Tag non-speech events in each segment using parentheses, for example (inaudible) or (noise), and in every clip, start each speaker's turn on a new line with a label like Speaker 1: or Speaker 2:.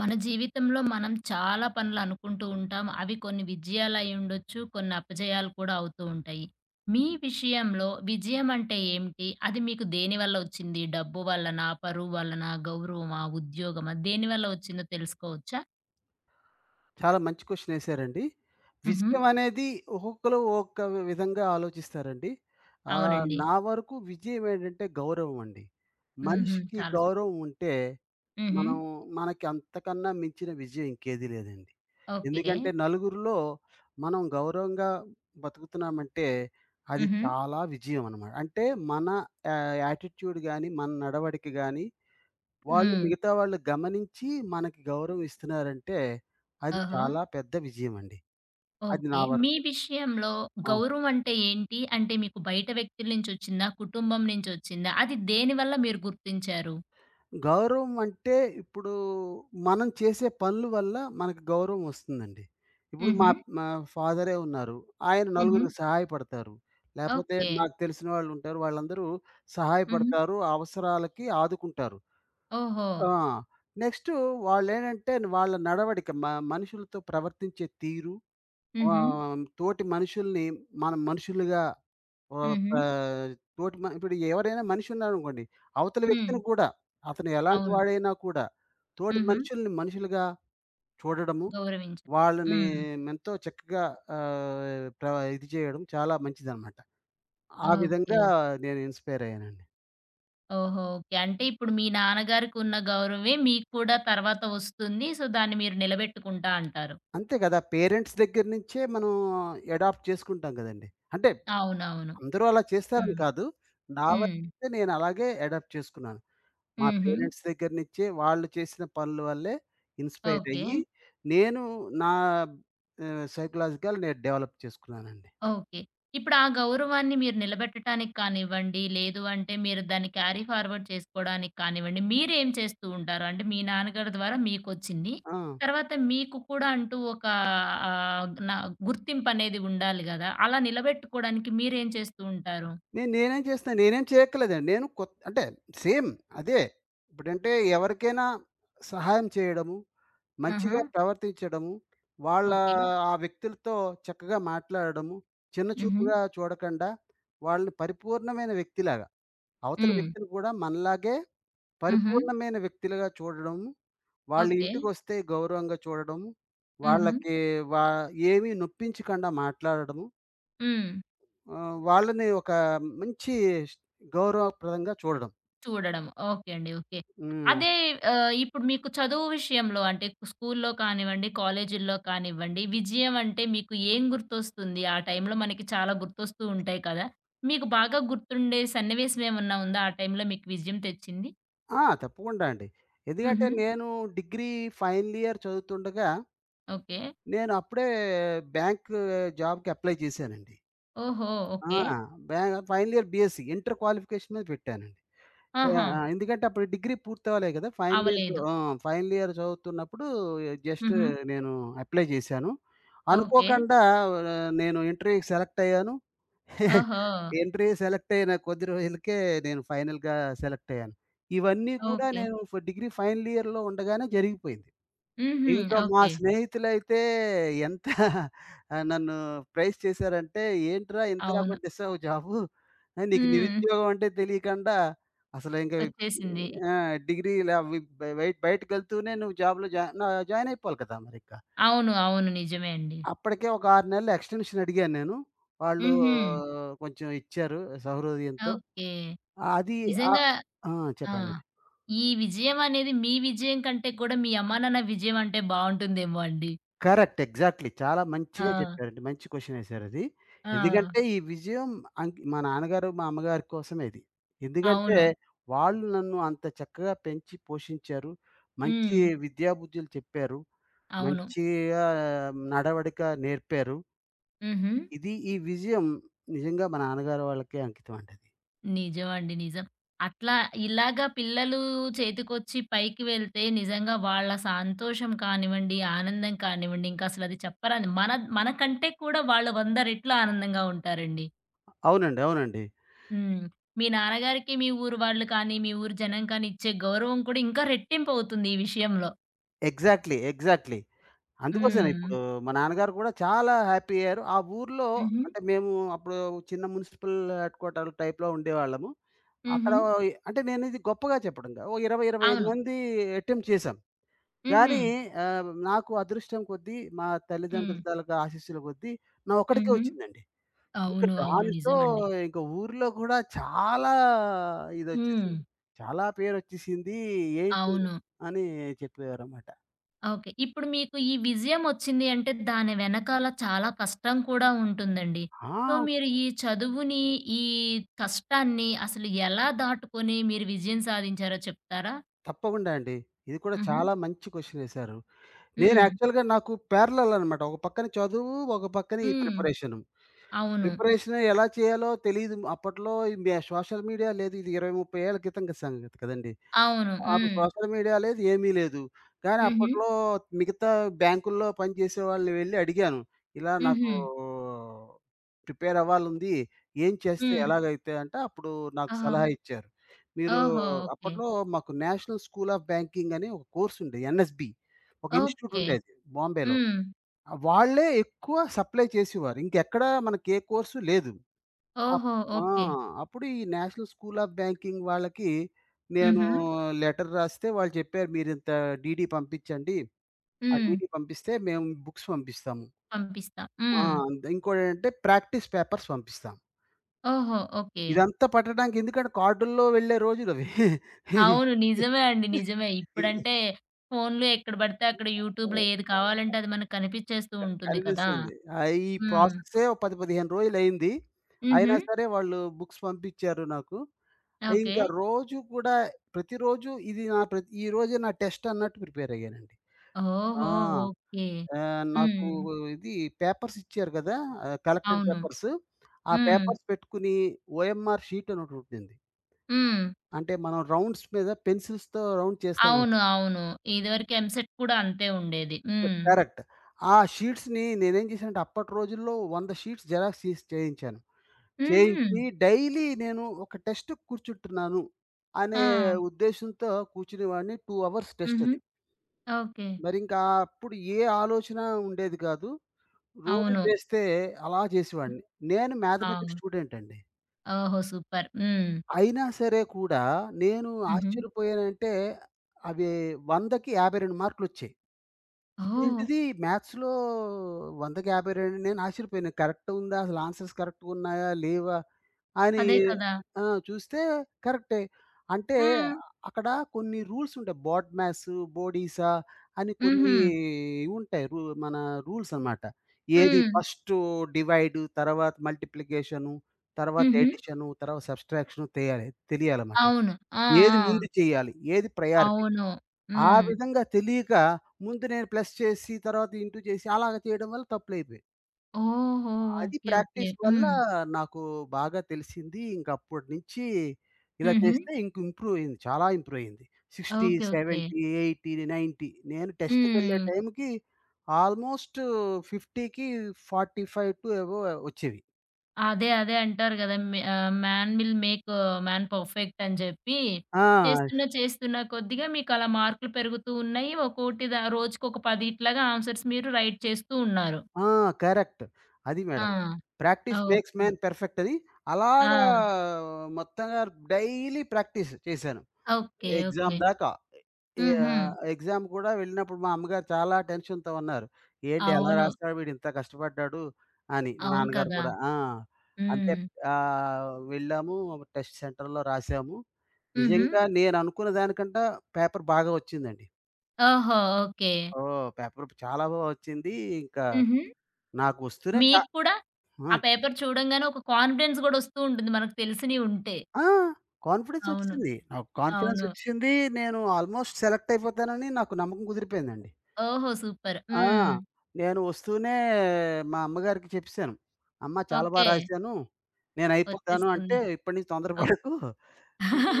Speaker 1: మన జీవితంలో మనం చాలా పనులు అనుకుంటూ ఉంటాం. అవి కొన్ని విజయాలు అయ్యుండొచ్చు. కొన్ని అపజయాలు కూడా అవుతూ ఉంటాయి. మీ విషయంలో విజయం అంటే ఏమిటి? అది మీకు దేనివల్ల వచ్చింది? డబ్బు వల్లనా? పరువు వల్లనా? గౌరవమా? ఉద్యోగమా? దేనివల్ల వచ్చిందో తెలుసుకోవచ్చా?
Speaker 2: చాలా మంచి క్వెషన్ ఏసారండి.
Speaker 1: హుహు.
Speaker 2: విజయం అనేది ఒక్కొక్కళ్ళు ఒక్క విధంగా ఆలోచిస్తారండి.
Speaker 1: అవునండి.
Speaker 2: నా వరకు విజయం ఏంటంటే గౌరవం అండి.
Speaker 1: హుహు.
Speaker 2: మనిషికి
Speaker 1: చాలా సు
Speaker 2: గౌరవం ఉంటే
Speaker 1: హుహు.
Speaker 2: మనం మనకి అంతకన్నా మించిన విజయం ఇంకేది లేదండి.
Speaker 1: ఓకే.
Speaker 2: ఎందుకంటే నలుగురిలో మనం గౌరవంగా బతుకుతున్నామంటే అది
Speaker 1: హుహు.
Speaker 2: చాలా విజయం అన్నమాట. అంటే మన యా యాటిట్యూడ్ గాని, మన నడవడిక గాని
Speaker 1: హ్మ్.
Speaker 2: మిగతా వాళ్ళు గమనించి మనకి గౌరవం ఇస్తున్నారంటే, అది
Speaker 1: ఓహో!
Speaker 2: చాలా పెద్ద విజయమండి. అది
Speaker 1: ఓకే.
Speaker 2: నా
Speaker 1: మీ
Speaker 2: వరకు.
Speaker 1: విషయంలో
Speaker 2: ఆ!
Speaker 1: గౌరవం అంటే ఏంటి? అంటే మీకు బయట వ్యక్తుల నుంచొచ్చిందా? కుటుంబం నుంచొచ్చిందా? అది దేనివల్ల మీరు గుర్తించారు?
Speaker 2: గౌరవం అంటే ఇప్పుడు మనం చేసే పనుల వల్ల మనకు గౌరవం వస్తుందండి. ఇప్పుడు మా
Speaker 1: హుహు.
Speaker 2: మా ఫాదరే ఉన్నారు. ఆయన
Speaker 1: హుహు.
Speaker 2: నలుగురికి సహాయపడతారు. లేపోతే
Speaker 1: ఓకే.
Speaker 2: నాకు తెలిసిన వాళ్ళుంటారు. వాళ్ళందరూ
Speaker 1: హుహు.
Speaker 2: సహాయపడతారు. అవసరాలకి ఆదుకుంటారు.
Speaker 1: ఓహో!
Speaker 2: ఆ! నెక్స్టు వాళ్ళేంటంటే వాళ్ళ నడవడిక మనుషులతో ప్రవర్తించే తీరు,
Speaker 1: హుహు.
Speaker 2: తోటి మనుషుల్ని మనం మనుషులుగా ఆహ్,
Speaker 1: హుహు.
Speaker 2: పా తోటి మ ఇప్పుడు ఎవరైనా మనిషి ఉన్నాడనుకోండి, అవతలి
Speaker 1: హ్మ్.
Speaker 2: వ్యక్తిని కూడా అతను ఎలాంటి
Speaker 1: అవును.
Speaker 2: వాడైనా కూడా తోటి
Speaker 1: హుహు.
Speaker 2: మనుషుల్ని మనుషులుగా చూడడము,
Speaker 1: గౌరవించారు.
Speaker 2: వాళ్ళని
Speaker 1: హ్మ్.
Speaker 2: ఎంతో చక్కగా ఆహ్, ప్ర ఇది చేయడం చాలా మంచిదనమాట. ఆ
Speaker 1: ఓకే. ఓకే.
Speaker 2: విధంగా నేను ఇన్‌స్పైర్ అయ్యానండి.
Speaker 1: ఓహో! ఓకే. అంటే ఇప్పుడు మీ నాన్నగారికున్న గౌరవమే మీకు కూడా తర్వాత వస్తుంది. సో, దాన్ని మీరు నిలబెట్టుకుంటా అంటారు.
Speaker 2: అంతే కదా! పేరెంట్స్ దగ్గర నుంచే మనం అడాప్ట్ చేసుకుంటాం కదండీ. అంటే
Speaker 1: అవునవును.
Speaker 2: అందరూ అలా చేస్తారని
Speaker 1: హ్మ్.
Speaker 2: కాదు. నా
Speaker 1: హ్మ్.
Speaker 2: వరకైతే నేను అలాగే అడాప్ట్ చేసుకున్నాను. మా
Speaker 1: హుహు.
Speaker 2: పేరెంట్స్ దగ్గర నించే వాళ్ళు చేసిన పనుల వల్లే ఇన్‌స్పైర్
Speaker 1: ఓకే.
Speaker 2: అయ్యి, నేను నా సైకలాజికల్ నేను డెవలప్ చేసుకున్నానండి.
Speaker 1: ఓకే. ఇప్పుడు ఆ గౌరవాన్ని మీరు నిలబెట్టటానికి కానివ్వండి, లేదు అంటే మీరు దాన్ని క్యారీ ఫార్వర్డ్ చేసుకోవడానికి కానివ్వండి, మీరేం చేస్తూ ఉంటారు? అంటే మీ నాన్నగారి ద్వారా మీకొచ్చింది.
Speaker 2: ఆ!
Speaker 1: తర్వాత మీకు కూడా అంటూ ఒక ఆహ్, నా గుర్తింపనేది ఉండాలి గదా! అలా నిలబెట్టుకోవడానికి మీరేం చేస్తూ ఉంటారు?
Speaker 2: నేనేం చేస్తున్నా, నేనేం చేయక్కర్లేదండి. నేను అంటే సేమ్ అదే. ఇప్పుడంటే ఎవరికైనా సహాయం చేయడము,
Speaker 1: ఆహా!
Speaker 2: మంచిగా ప్రవర్తించడము, వాళ్ళ
Speaker 1: ఓకే.
Speaker 2: ఆ వ్యక్తులతో చక్కగా మాట్లాడడము, చిన్న
Speaker 1: హుహు.
Speaker 2: చూపుగా చూడకుండా వాళ్ళని పరిపూర్ణమైన వ్యక్తిలాగా, అవతల
Speaker 1: హ్మ్.
Speaker 2: వ్యక్తిని కూడా మనలాగే
Speaker 1: హుహు.
Speaker 2: పరిపూర్ణమైన వ్యక్తులుగా చూడడము, వాళ్ళు
Speaker 1: ఓకే.
Speaker 2: ఇంటికొస్తే గౌరవంగా చూడడం.
Speaker 1: హుహు.
Speaker 2: వాళ్ళకి వా ఏమీ నొప్పించకుండా మాట్లాడడము,
Speaker 1: హ్మ్.
Speaker 2: వాళ్ళని ఒక మంచి ష్ గౌరవప్రదంగా చూడడం.
Speaker 1: చూడడం. ఓకే అండి. ఓకే.
Speaker 2: హ్మ్.
Speaker 1: అదే ఇప్పుడు మీకు చదువు విషయంలో అంటే స్కూల్లో కానివ్వండి, కాలేజీల్లో కానివ్వండి, విజయం అంటే మీకు ఏం గుర్తొస్తుంది? ఆ టైంలో మనకి చాలా గుర్తొస్తూ ఉంటాయి కదా! మీకు బాగా గుర్తుండే సన్నివేశం ఏమన్నా ఉందా? ఆ టైంలో మీకు విజయం తెచ్చింది?
Speaker 2: ఆ! తప్పకుండా అండి. ఎందుకంటే
Speaker 1: హుహు.
Speaker 2: నేను డిగ్రీ ఫైనల్ ఇయర్ చదువుతుండగా,
Speaker 1: ఓకే.
Speaker 2: నేను అప్పుడే బ్యాంక్ జాబ్‌కి అప్లై చేశానండి.
Speaker 1: ఓహో!
Speaker 2: ఆ!
Speaker 1: ఓకే.
Speaker 2: బ్యా final year BSc inter qualification మీద పెట్టానండి.
Speaker 1: ఆహా!
Speaker 2: ఆ! ఎందుకంటే అప్పుడు డిగ్రీ పూర్తవ్వలే కదా! ఫైనల్ ఇయర్ చ
Speaker 1: అవ్వలేదు.
Speaker 2: ఆ! ఫైనల్ ఇయర్ చదువుతున్నప్పుడు జస్ట్
Speaker 1: హుహు.
Speaker 2: నేను అప్లై చేశాను.
Speaker 1: ఓకే.
Speaker 2: అనుకోకుండా నేను ఇంటర్వ్యూకి సెలెక్ట్ అయ్యాను. (laughs)
Speaker 1: ఓహో!
Speaker 2: ఇంటర్వ్యూ సెలెక్ట్ అయిన కొద్ది రోజులకే నేను ఫైనల్‌గా సెలెక్ట్ అయ్యాను. ఇవన్నీ కూడా
Speaker 1: ఓకే.
Speaker 2: నేను డిగ్రీ ఫైనల్ ఇయర్‌లో ఉండగానే జరిగిపోయింది.
Speaker 1: హుహు.
Speaker 2: ఇంకా మా
Speaker 1: ఓకే.
Speaker 2: స్నేహితులైతే ఎంత (laughs) నన్ను ప్రైజ్ చేశారంటే, "ఏంట్రా ఇంతలా
Speaker 1: అవును.
Speaker 2: కొట్టేసావు జాబు. నీకు
Speaker 1: హ్మ్.
Speaker 2: నిరుద్యోగం అంటే తెలియకుండా అసలు ఇంక
Speaker 1: వచ్చేసింది.
Speaker 2: ఆ! అవి బయటికెళ్తూనే నువ్వు జాబ్‌లో జా నా జాయిన్ అయిపోవాలి కదా! మరింక."
Speaker 1: అవును. అవును. నిజమే అండి.
Speaker 2: అప్పటికే ఒక 6 నెలలు ఎక్స్‌టెన్షన్ అడిగాను నేను. వాళ్ళు
Speaker 1: హుహు.
Speaker 2: కొంచెం ఇచ్చారు సహృదయంతో.
Speaker 1: ఓకే.
Speaker 2: అది ఆహ్
Speaker 1: నిజంగా
Speaker 2: ఆ!
Speaker 1: ఆ!
Speaker 2: చెప్పండి.
Speaker 1: ఈ విజయం అనేది మీ విజయం కంటే కూడా మీ అమ్మానాన్న విజయం అంటే బావుంటుందేమో అండి.
Speaker 2: కరెక్ట్. ఎగ్జాక్ట్‌లీ. చాలా మంచిగా
Speaker 1: ఆ!
Speaker 2: చెప్పారండి. మంచి క్వెషనేసారది.
Speaker 1: ఆ!
Speaker 2: ఎందుకంటే, ఈ విజయం మా నాన్నగారు, మా అమ్మగారి కోసమే ఇది. ఎందుకంటే,
Speaker 1: అవును.
Speaker 2: వాళ్ళు నన్ను అంత చక్కగా పెంచి పోషించారు. మంచి
Speaker 1: హ్మ్.
Speaker 2: విద్యాబుద్ధులు చెప్పారు.
Speaker 1: అవును.
Speaker 2: మంచిగా నడవడిక నేర్పారు.
Speaker 1: హుహు.
Speaker 2: ఇది ఈ విజయం నిజంగా మా నాన్నగారు వాళ్ళకే అంకితం అండి అది.
Speaker 1: నిజమండి. నిజం. అట్లా ఇలాగ పిల్లలు చేతికొచ్చి పైకి వెళ్తే నిజంగా వాళ్ళ సంతోషం కానివ్వండి, ఆనందం కానివ్వండి, ఇంకసలది చెప్పరాని మన మనకంటే కూడా వాళ్ళు 100 రెట్లు ఆనందంగా ఉంటారండి.
Speaker 2: అవునండి. అవునండి.
Speaker 1: హ్మ్. మీ నాన్నగారికి మీ ఊరు వాళ్ళు కానీ, మీ ఊరు జనం కానీ ఇచ్చే గౌరవం కూడా ఇంకా రెట్టింపు అవుతుంది ఈ విషయంలో.
Speaker 2: ఎగ్జాక్ట్‌లీ. ఎగ్జాక్ట్‌లీ. అందుకోసమే
Speaker 1: హ్మ్.
Speaker 2: ఇప్పుడు మా నాన్నగారు కూడా చాలా హ్యాపీ అయ్యారు. ఆ ఊర్లో
Speaker 1: హుహు.
Speaker 2: అంటే మేము అప్పుడు చిన్న మున్సిపల్ హెడ్ క్వార్టర్ టైప్‌లో ఉండేవాళ్ళము. అక్కడ
Speaker 1: హుహు.
Speaker 2: అంటే నేను ఇది గొప్పగా చెప్పడం కాదు. ఓ 20, 25
Speaker 1: అవును.
Speaker 2: మంది అటెంప్ట్ చేశాం.
Speaker 1: హుహు.
Speaker 2: కానీ నాకు అదృష్టం కొద్దీ మా
Speaker 1: హ్మ్.
Speaker 2: తల్లిదండ్రుల తాలూకా ఆశీస్సుల కొద్దీ నా ఒక్కడికే
Speaker 1: హుహు.
Speaker 2: వచ్చిందండి. ఇంకా
Speaker 1: అవును. అవును.
Speaker 2: దానితో
Speaker 1: నిజమండి.
Speaker 2: ఇంక ఊర్లో కూడా చాలా
Speaker 1: హ్మ్.
Speaker 2: ఇదొచ్చేసింది. చాలా పేరొచ్చేసింది. ఏంటి
Speaker 1: అవును.
Speaker 2: అని చెప్పేవారన్నమాట.
Speaker 1: ఓకే. ఇప్పుడు మీకు ఈ విజయం ఒచ్చింది అంటే దాని వెనకాల చాలా కష్టం కూడా ఉంటుందండి. సో,
Speaker 2: ఆ!
Speaker 1: మీరు ఈ చదువుని, ఈ కష్టాన్ని అసలు ఎలా దాటుకొని మీరు విజయం సాధించారో చెప్తారా?
Speaker 2: తప్పకుండా అండి. ఇది కూడా
Speaker 1: హుహు.
Speaker 2: చాలా మంచి క్వెషన్ ఏశారు. నేను
Speaker 1: హ్మ్.
Speaker 2: యాక్చువల్‌గా నాకు ప్యారలల్ అనమాట. ఒక పక్కన చదువు, ఒక పక్కన ఈ
Speaker 1: హ్మ్.
Speaker 2: ప్రిపరేషను.
Speaker 1: అవును.
Speaker 2: ప్రిపరేషన్ ఎలా చేయాలో తెలీదు. అప్పట్లో ఈ మే సోషల్ మీడియా లేదు. ఇది 20, 30 ఏళ్ల క్రితం సంగతి కదండీ!
Speaker 1: అవును.
Speaker 2: అప్పుడు
Speaker 1: హ్మ్.
Speaker 2: సోషల్ మీడియా లేదు, ఏమీ లేదు. కానీ
Speaker 1: హుహు.
Speaker 2: అప్పట్లో మిగతా బ్యాంకుల్లో పనిచేసే వాళ్ళని వెళ్లి అడిగాను. ఇలా
Speaker 1: హుహు.
Speaker 2: నాకు ప్రిపేర్ అవ్వాలుంది. ఏం చేస్తే
Speaker 1: హ్మ్.
Speaker 2: ఎలాగైతే అంటే అప్పుడు నాకు
Speaker 1: ఓహో!
Speaker 2: సలహా ఇచ్చారు. మీరు
Speaker 1: ఓహో! ఓకే.
Speaker 2: అప్పట్లో మాకు నేషనల్ స్కూల్ ఆఫ్ బ్యాంకింగ్ అని ఒక కోర్స్ ఉండేది. ఎన్ఎస్‌బి. ఒక ఇన్‌స్టిట్యూట్
Speaker 1: ఓకే.
Speaker 2: ఉండేది బాంబేలో.
Speaker 1: హ్మ్.
Speaker 2: ఆ వాళ్ళే ఎక్కువ సప్లై చేసేవారు. ఇంకెక్కడ మనకి ఏ కోర్సు లేదు. అప్
Speaker 1: ఓహో!
Speaker 2: ఆ!
Speaker 1: ఓకే.
Speaker 2: అప్పుడు ఈ నేషనల్ స్కూల్ ఆఫ్ బ్యాంకింగ్ వాళ్ళకి నేను
Speaker 1: హుహు.
Speaker 2: లెటర్ రాస్తే వాళ్ళు చెప్పారు, "మీరింత డీడీ పంపించండి. ఆ
Speaker 1: హ్మ్.
Speaker 2: డీడీ పంపిస్తే మేము బుక్స్ పంపిస్తాము.
Speaker 1: పంపిస్తా.
Speaker 2: ఆ!
Speaker 1: హ్మ్.
Speaker 2: అంతే ఇంకోటేంటంటే ప్రాక్టీస్ పేపర్స్ పంపిస్తాం."
Speaker 1: ఓహో! ఓకే.
Speaker 2: ఇదంతా పట్టడానికి ఎందుకంటే కార్డుల్లో వెళ్ళే రోజులవి.
Speaker 1: అవును. నిజమే అండి. నిజమే.
Speaker 2: (laughs)
Speaker 1: ఇప్పుడంటే ఫోన్‌లో ఎక్కడ పడితే అక్కడ యూట్యూబ్‌లో ఏది కావాలంటే అది మనకు కనిపిచ్చేస్తూ ఉంటుంది కదా!
Speaker 2: కనిపిస్తుంది. ఈ
Speaker 1: హ్మ్.
Speaker 2: ప్రాసెస్సే ఓ 10, 15 రోజులయింది.
Speaker 1: హుహు.
Speaker 2: అయినా సరే వాళ్ళు బుక్స్ పంపిచ్చారు నాకు.
Speaker 1: ఓకే.
Speaker 2: ఇంకా రోజు కూడా ప్రతిరోజు ఇది నా ప్రతి ఈరోజే నా టెస్ట్ అన్నట్టు ప్రిపేర్ అయ్యానండి. ఆ!
Speaker 1: ఓహో!
Speaker 2: హ్మ్.
Speaker 1: ఓకే.
Speaker 2: నాకు
Speaker 1: హ్మ్.
Speaker 2: ఇది పేపర్స్ ఇచ్చారు గదా! కలెక్టెడ్
Speaker 1: అవును.
Speaker 2: పేపర్స్. ఆ
Speaker 1: హ్మ్.
Speaker 2: పేపర్స్ పెట్టుకుని ఓఎంఆర్ షీట్ అని ఒకటుంటుంది.
Speaker 1: హ్మ్.
Speaker 2: అంటే మనం రౌండ్స్ మీద పెన్సిల్స్‌తో రౌండ్ చేస్తాం గదా!
Speaker 1: అవును. అవును. ఇదివరకు ఎంసెట్ కూడా అంతే ఉండేది. హ్మ్.
Speaker 2: కరెక్ట్. ఆ షీట్స్‌ని నేనేం చేశానంటే అప్పటి రోజుల్లో 100 షీట్స్ జెరాక్స్ తీసి చేయించాను.
Speaker 1: హుహు.
Speaker 2: చేయించి డైలీ నేను ఒక టెస్ట్‌కి కూర్చుంటున్నాను అనే
Speaker 1: ఆ!
Speaker 2: ఉద్దేశంతో కూర్చునేవాడిని. 2 అవర్స్ టెస్ట్
Speaker 1: హుహు.
Speaker 2: అది.
Speaker 1: ఓకే.
Speaker 2: మరింకా అప్పుడు ఏ ఆలోచన ఉండేది కాదు. రోజు
Speaker 1: అవును.
Speaker 2: చేస్తే అలా చేసేవాడిని. నేను మ్యాథమెటిక్స్
Speaker 1: అవును.
Speaker 2: స్టూడెంట్ అండి.
Speaker 1: ఓహో! సూపర్. హ్మ్.
Speaker 2: అయినా సరే కూడా నేను
Speaker 1: హుహు.
Speaker 2: ఆశ్చర్యపోయానంటే అవి 100కి 52 మార్కులొచ్చాయి.
Speaker 1: ఓహ్!
Speaker 2: ఇదేంటిది మ్యాథ్స్‌లో 100కి 52 నేను ఆశ్చర్యపోయాను. కరెక్ట్ ఉందా? అసలు ఆన్సర్స్ కరెక్ట్‌గా ఉన్నాయా? లేవా? అని
Speaker 1: అదే కదా!
Speaker 2: ఆ! చూస్తే కరెక్టే. అంటే
Speaker 1: హ్మ్.
Speaker 2: అక్కడ కొన్ని రూల్స్ ఉంటాయి. బోర్డ్ మ్యాథ్స్, బోడీసా అని కొన్ని
Speaker 1: హుహు.
Speaker 2: ఇవి ఉంటాయి. మన రూల్స్ అనమాట. ఏది
Speaker 1: హ్మ్.
Speaker 2: ఫస్టు డివైడ్, తర్వాత మల్టిప్లికేషను, తర్వాత
Speaker 1: హుహు.
Speaker 2: ఎడిషను, తర్వాత సబ్‌స్ట్రాక్షను తెలియాలన్నమాట.
Speaker 1: అవును. ఆ!
Speaker 2: ఏది
Speaker 1: ఆ!
Speaker 2: ముందు చేయాలి? ఏది ప్రయారిటీ?
Speaker 1: అవును.
Speaker 2: ఆ
Speaker 1: హ్మ్.
Speaker 2: విధంగా తెలియక ముందు నేను ప్లస్ చేసి, తర్వాత ఇంటూ చేసి అలాగ చేయడం వల్ల తప్పులయిపోయాయి.
Speaker 1: ఓహో!
Speaker 2: అది
Speaker 1: ఓకే. ఓకే.
Speaker 2: ప్రాక్టీస్ వల్ల
Speaker 1: హ్మ్.
Speaker 2: నాకు బాగా తెలిసింది. ఇంకప్పటినుంచి ఇలా
Speaker 1: హుహు.
Speaker 2: చేస్తే ఇంక ఇంప్రూవ్ అయింది. చాలా ఇంప్రూవ్ అయింది.
Speaker 1: ఓకే.
Speaker 2: 60,
Speaker 1: ఓకే.
Speaker 2: 70, 80, 90 నేను టెస్ట్‌కెళ్ళే
Speaker 1: హ్మ్.
Speaker 2: టైంకి ఆల్మోస్ట్ 50కి 45 టు ఎబోవ్ వచ్చేవి.
Speaker 1: అదే. అదే అంటారు గదా! Man will make man perfect అని జెప్పి,
Speaker 2: ఆ!
Speaker 1: చేస్తున్న చేస్తున్న కొద్దిగా మీకలా మార్కులు పెరుగుతూ ఉన్నాయి. ఒక్కోటి రోజుకొక 10 ఇట్లాగా ఆన్సర్స్ మీరు రైట్ చేస్తూ ఉన్నారు.
Speaker 2: ఆ! కరెక్ట్. అది
Speaker 1: ఆ!
Speaker 2: Madam. Practice
Speaker 1: okay.
Speaker 2: Makes man perfect అది. అలాగా
Speaker 1: ఆ!
Speaker 2: మొత్తంగా డైలీ ప్రాక్టీస్ చేశాను.
Speaker 1: ఓకే. ఓకే.
Speaker 2: ఎగ్జామ్ దాకా.
Speaker 1: హుహు.
Speaker 2: ఎగ్జామ్ కూడా వెళ్ళినప్పుడు మా అమ్మగారు చాలా టెన్షన్‌తో ఉన్నారు. "ఏంటి ఎలా
Speaker 1: అవును.
Speaker 2: రాస్తాడు వీడు ఇంత కష్టపడ్డాడు" అని. మా
Speaker 1: అవును
Speaker 2: నాన్నగారు
Speaker 1: కదా!
Speaker 2: కూడా. ఆ! అంతే
Speaker 1: హ్మ్.
Speaker 2: వెళ్ళాము టెస్ట్ సెంటర్‌లో రాసాము.
Speaker 1: హుహు.
Speaker 2: నిజంగా నేను అనుకున్న దానికంటే పేపర్ బాగా వచ్చిందండి.
Speaker 1: ఓహో! ఓకే.
Speaker 2: ఓహ్! పేపర్ చాలా వచ్చింది. ఇంకా
Speaker 1: హుహు.
Speaker 2: నాకు వస్తూనే చా
Speaker 1: మీకు కూడా
Speaker 2: ఆ!
Speaker 1: ఆ పేపర్ చూడంగానే ఒక కాన్ఫిడెన్స్ గూడా ఒస్తూ ఉంటుంది మనకు తెలిసినియి ఉంటే.
Speaker 2: ఆ!
Speaker 1: అవును.
Speaker 2: కాన్ఫిడెన్సొచ్చింది. నాకు
Speaker 1: అవును.
Speaker 2: కాన్ఫిడెన్సొచ్చింది. నేను ఆల్‌మోస్ట్ సెలెక్ట్ అయిపోతానని నాకు నమ్మకం కుదిరిపోయిందండి.
Speaker 1: ఓహో! సూపర్.
Speaker 2: ఆ!
Speaker 1: హ్మ్.
Speaker 2: నేను వస్తూనే మా అమ్మగారికి చెప్పేసాను. అమ్మ చాలా
Speaker 1: ఓకే.
Speaker 2: రాసాను. నేనయిపోతాను అంటే,
Speaker 1: వచ్చేస్తుంది.
Speaker 2: "ఇప్పటి నుంచి
Speaker 1: ఓక్
Speaker 2: తొందరపడకు.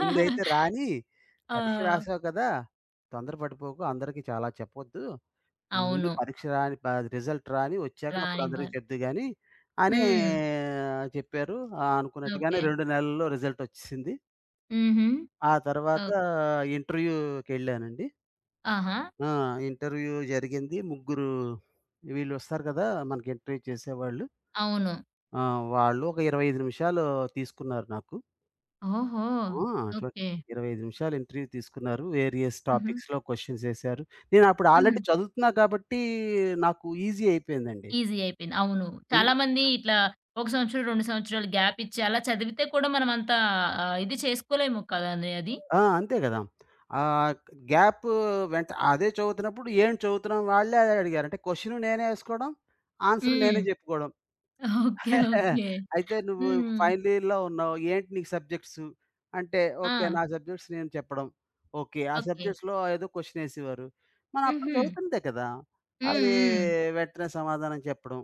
Speaker 2: ముందైతే రాని,
Speaker 1: ఆ!
Speaker 2: పరీక్ష రాసావు కదా! తొందరపడిపోకు. అందరికీ చాలా చెప్పొద్దు. ముందు
Speaker 1: అవును.
Speaker 2: పరీక్ష రాని రిజల్ట్ రాని, వచ్చాక అప్పుడు అందరికి
Speaker 1: రానివ్వాలి.
Speaker 2: చెప్దువు గాని" అని
Speaker 1: హ్మ్.
Speaker 2: చెప్పారు. ఆ! అనుకున్నట్టుగానే
Speaker 1: ఓకే.
Speaker 2: 2 నెలల్లో రిజల్టొచ్చేసింది.
Speaker 1: హుహు.
Speaker 2: ఆ తర్వాత
Speaker 1: ఓహ్!
Speaker 2: ఇంటర్వ్యూకెళ్ళానండి.
Speaker 1: ఆహా!
Speaker 2: ఆ! ఇంటర్వ్యూ జరిగింది. ముగ్గురు వీళ్ళొస్తారు కదా! మనకి ఇంటర్వ్యూ చేసేవాళ్ళు.
Speaker 1: అవును.
Speaker 2: ఆ! వాళ్ళు ఒక 25 నిమిషాలు తీసుకున్నారు నాకు.
Speaker 1: ఓహో!
Speaker 2: ఆ! ట్వ
Speaker 1: ఓకే.
Speaker 2: 25 నిమిషాలు ఇంటర్వ్యూ తీసుకున్నారు. వేరియస్
Speaker 1: హుహు.
Speaker 2: టాపిక్స్‌లో క్వెషన్స్ ఎసారు. నేనప్పుడు
Speaker 1: హుహు.
Speaker 2: ఆల్రెడీ చదువుతున్నా కాబట్టి నాకు ఈజీ అయిపోయిందండి.
Speaker 1: ఈజీ అయిపోయింది. అవును.
Speaker 2: ఎన్
Speaker 1: చాలామంది ఇట్లా 1 సంవత్సరం, 2 సంవత్సరాలు గ్యాప్ ఇచ్చి అలా చదివితే కూడా మనం అంత ఇది చేసుకోలేము కదండీ అది.
Speaker 2: ఆ! అంతే కదా! ఆహ్, గ్యాప్ వెంట అదే చదువుతున్నప్పుడు ఏం చదువుతున్నాం వాళ్ళే అదే అడిగారు. అంటే క్వెషన్ నేనే ఎసుకోవడం, ఆన్సర్
Speaker 1: హ్మ్.
Speaker 2: నేనే చెప్పుకోవడం.
Speaker 1: ఓకే. ఓకే.
Speaker 2: అయితే నువ్వు
Speaker 1: హ్మ్.
Speaker 2: ఫైనల్ ఇయర్‌లో ఉన్నావు. ఏంటి నీకు సబ్జెక్ట్సు? అంటే ఓకే.
Speaker 1: ఆ!
Speaker 2: నా సబ్జెక్ట్స్ నేను చెప్పడం. ఓకే. ఆ
Speaker 1: ఓకే.
Speaker 2: సబ్జెక్ట్స్‌లో ఏదో క్వెషన్ ఏసేవారు. మనం అప్పుడు
Speaker 1: హుహు.
Speaker 2: చదువుతుందే కదా!
Speaker 1: హ్మ్.
Speaker 2: అది
Speaker 1: హ్మ్.
Speaker 2: వెంటనే సమాధానం చెప్పడం.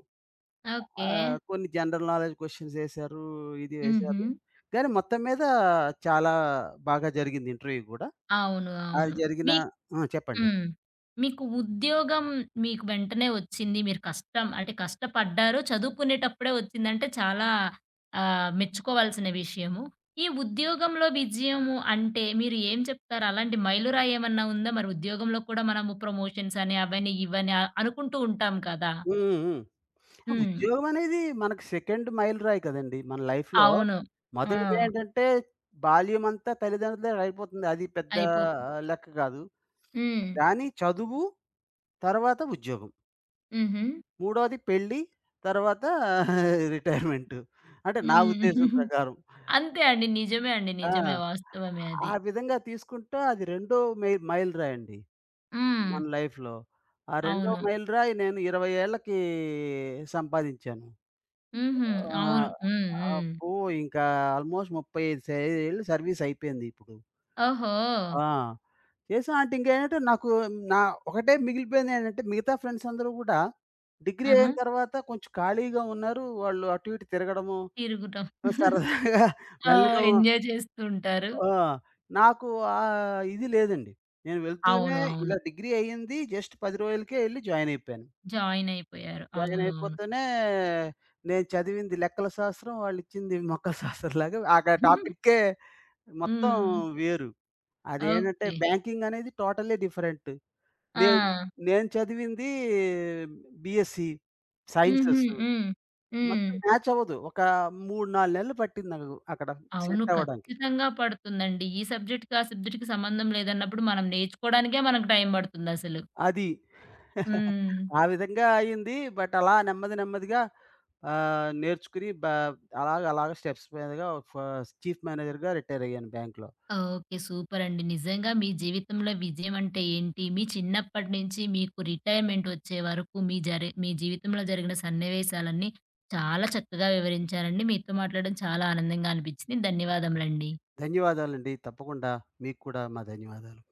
Speaker 1: ఓకే.
Speaker 2: కొన్ని జనరల్ నాలెడ్జ్ క్వెషన్స్ ఏసారు. ఇది
Speaker 1: హుహు.
Speaker 2: వేశారు. కానీ మొత్తం మీద చాలా బాగా జరిగింది ఇంటర్వ్యూ గూడా.
Speaker 1: అవును.
Speaker 2: అది
Speaker 1: అవును.
Speaker 2: జరిగిన
Speaker 1: మీ
Speaker 2: ఆ! చెప్పండి.
Speaker 1: హ్మ్. మీకు ఉద్యోగం మీకు వెంటనే వచ్చింది. మీరు కష్టం అంటే కష్టపడ్డారు. చదువుకునేటప్పుడే వచ్చిందంటే చాలా మెచ్చుకోవాల్సిన విషయము. ఈ ఉద్యోగంలో విజయము అంటే మీరు ఏం చెప్తారు? అలాంటి మైలురాయి ఏమన్నా ఉందా? మరి ఉద్యోగంలో కూడా మనము ప్రమోషన్స్ అని అవని ఇవని అనుకుంటూ ఉంటాం కదా!
Speaker 2: హ్మ్. హ్మ్. ఆ!
Speaker 1: హ్మ్.
Speaker 2: ఉద్యోగం అనేది మనకు సెకండ్ మైలురాయి కదండీ! మన లైఫ్‌లో
Speaker 1: అవును. ఆ!
Speaker 2: మొదటిది ఏంటంటే బాల్యమంతా తల్లిదండ్రుల దగ్గర అయిపోతుంది. అది పెద్ద
Speaker 1: అయిపోతుంది.
Speaker 2: లెక్క కాదు.
Speaker 1: హ్మ్.
Speaker 2: కానీ చదువు, తర్వాత ఉద్యోగం.
Speaker 1: హుహు.
Speaker 2: మూడోది పెళ్లి, తర్వాత (laughs) రిటైర్మెంటు. అంటే నా
Speaker 1: హ్మ్.
Speaker 2: ఉద్దేశం
Speaker 1: (laughs)
Speaker 2: ప్రకారం.
Speaker 1: అంతే అండి. నిజమే అండి.
Speaker 2: ఆ!
Speaker 1: నిజమే. వాస్తవమే అది.
Speaker 2: ఆ విధంగా తీసుకుంటే అది రెండో మైలురాయండి
Speaker 1: హ్మ్.
Speaker 2: మన లైఫ్‌లో. ఆ రెండో
Speaker 1: అవును.
Speaker 2: మైలురాయి నేను 20 ఏళ్ళకి సంపాదించాను.
Speaker 1: హుహు.
Speaker 2: ఆ!
Speaker 1: అవును. హ్మ్. హ్మ్.
Speaker 2: అబ్బో! ఇంకా ఆల్మోస్ట్ 35 ఏళ్ళు సర్వీస్ అయిపోయింది ఇప్పుడు.
Speaker 1: ఓహో!
Speaker 2: ఆ! చేసాం అంటే ఇంకేంటంటే నాకు నా ఒకటే మిగిలిపోయింది ఏంటంటే మిగతా ఫ్రెండ్స్ అందరూ కూడా డిగ్రీ
Speaker 1: ఆహా!
Speaker 2: అయిన తర్వాత కొంచెం ఖాళీగా ఉన్నారు. వాళ్ళు అటు ఇటు తిరగడము,
Speaker 1: తిరుగుతాం.
Speaker 2: సరదాగా (laughs)
Speaker 1: ఆ!
Speaker 2: వెళ్ళడము.
Speaker 1: ఎంజాయ్ చేస్తూ ఉంటారు.
Speaker 2: ఆ! నాకు ఆ ఇది లేదండి. నేను వెళ్తూనే
Speaker 1: అవును.
Speaker 2: ఇలా
Speaker 1: అవును.
Speaker 2: డిగ్రీ అయింది. జస్ట్ 10 రోజులకే ఎళ్లి జాయిన్ అయిపోయాను.
Speaker 1: జాయిన్ అయిపోయారు.
Speaker 2: జాయిన్
Speaker 1: అవును. అవును.
Speaker 2: అయిపోతేనే నేను చదివింది లెక్కల శాస్త్రం, వాళ్ళిచ్చింది మొక్కల శాస్త్రంలాగా ఆక టాపిక్కే మొత్తం
Speaker 1: హ్మ్.
Speaker 2: వేరు. అదేంటంటే
Speaker 1: ఓకే.
Speaker 2: బ్యాంకింగ్ అనేది టోటల్లీ డిఫరెంట్.
Speaker 1: ఆ!
Speaker 2: నేను నేను చదివింది బీఎస్‌సీ
Speaker 1: హుహు.
Speaker 2: సైన్సెస్.
Speaker 1: హ్మ్. హ్మ్.
Speaker 2: మొత్తం మ్యాచ్ అవ్వదు. ఒక 3, 4 నెలలు పట్టింది నాకు అక్కడ
Speaker 1: అవును.
Speaker 2: సెట్ అవ్వడానికి.
Speaker 1: ఖచ్చితంగా పడుతుందండి. ఈ సబ్జెక్ట్‌కి, ఆ సబ్జెక్ట్‌కి సంబంధం లేదన్నప్పుడు మనం నేర్చుకోవడానికే మనకు టైం పడుతుందసలు.
Speaker 2: అది.
Speaker 1: హ్మ్.
Speaker 2: ఆ విధంగా అయింది. బట్ అలా నెమ్మది నెమ్మదిగా నేర్చుకుని అలాగ అలాగ స్టెప్స్ మీదగా చీఫ్ మేనేజర్‌గా రిటైర్ అయ్యాను బ్యాంక్‌లో.
Speaker 1: ఓకే. సూపరండి. నిజంగా మీ జీవితంలో విజయం అంటే ఏంటి? మీ చిన్నప్పటి నుంచి మీకు రిటైర్మెంట్ వచ్చే వరకు మీ జీవితంలో జరిగిన సన్నివేశాలన్నీ చాలా చక్కగా వివరించారండి. మీతో మాట్లాడడం చాలా ఆనందంగా అనిపించింది. ధన్యవాదములండి.
Speaker 2: ధన్యవాదాలండి. తప్పకుండా. మీకు కూడా మా ధన్యవాదాలు.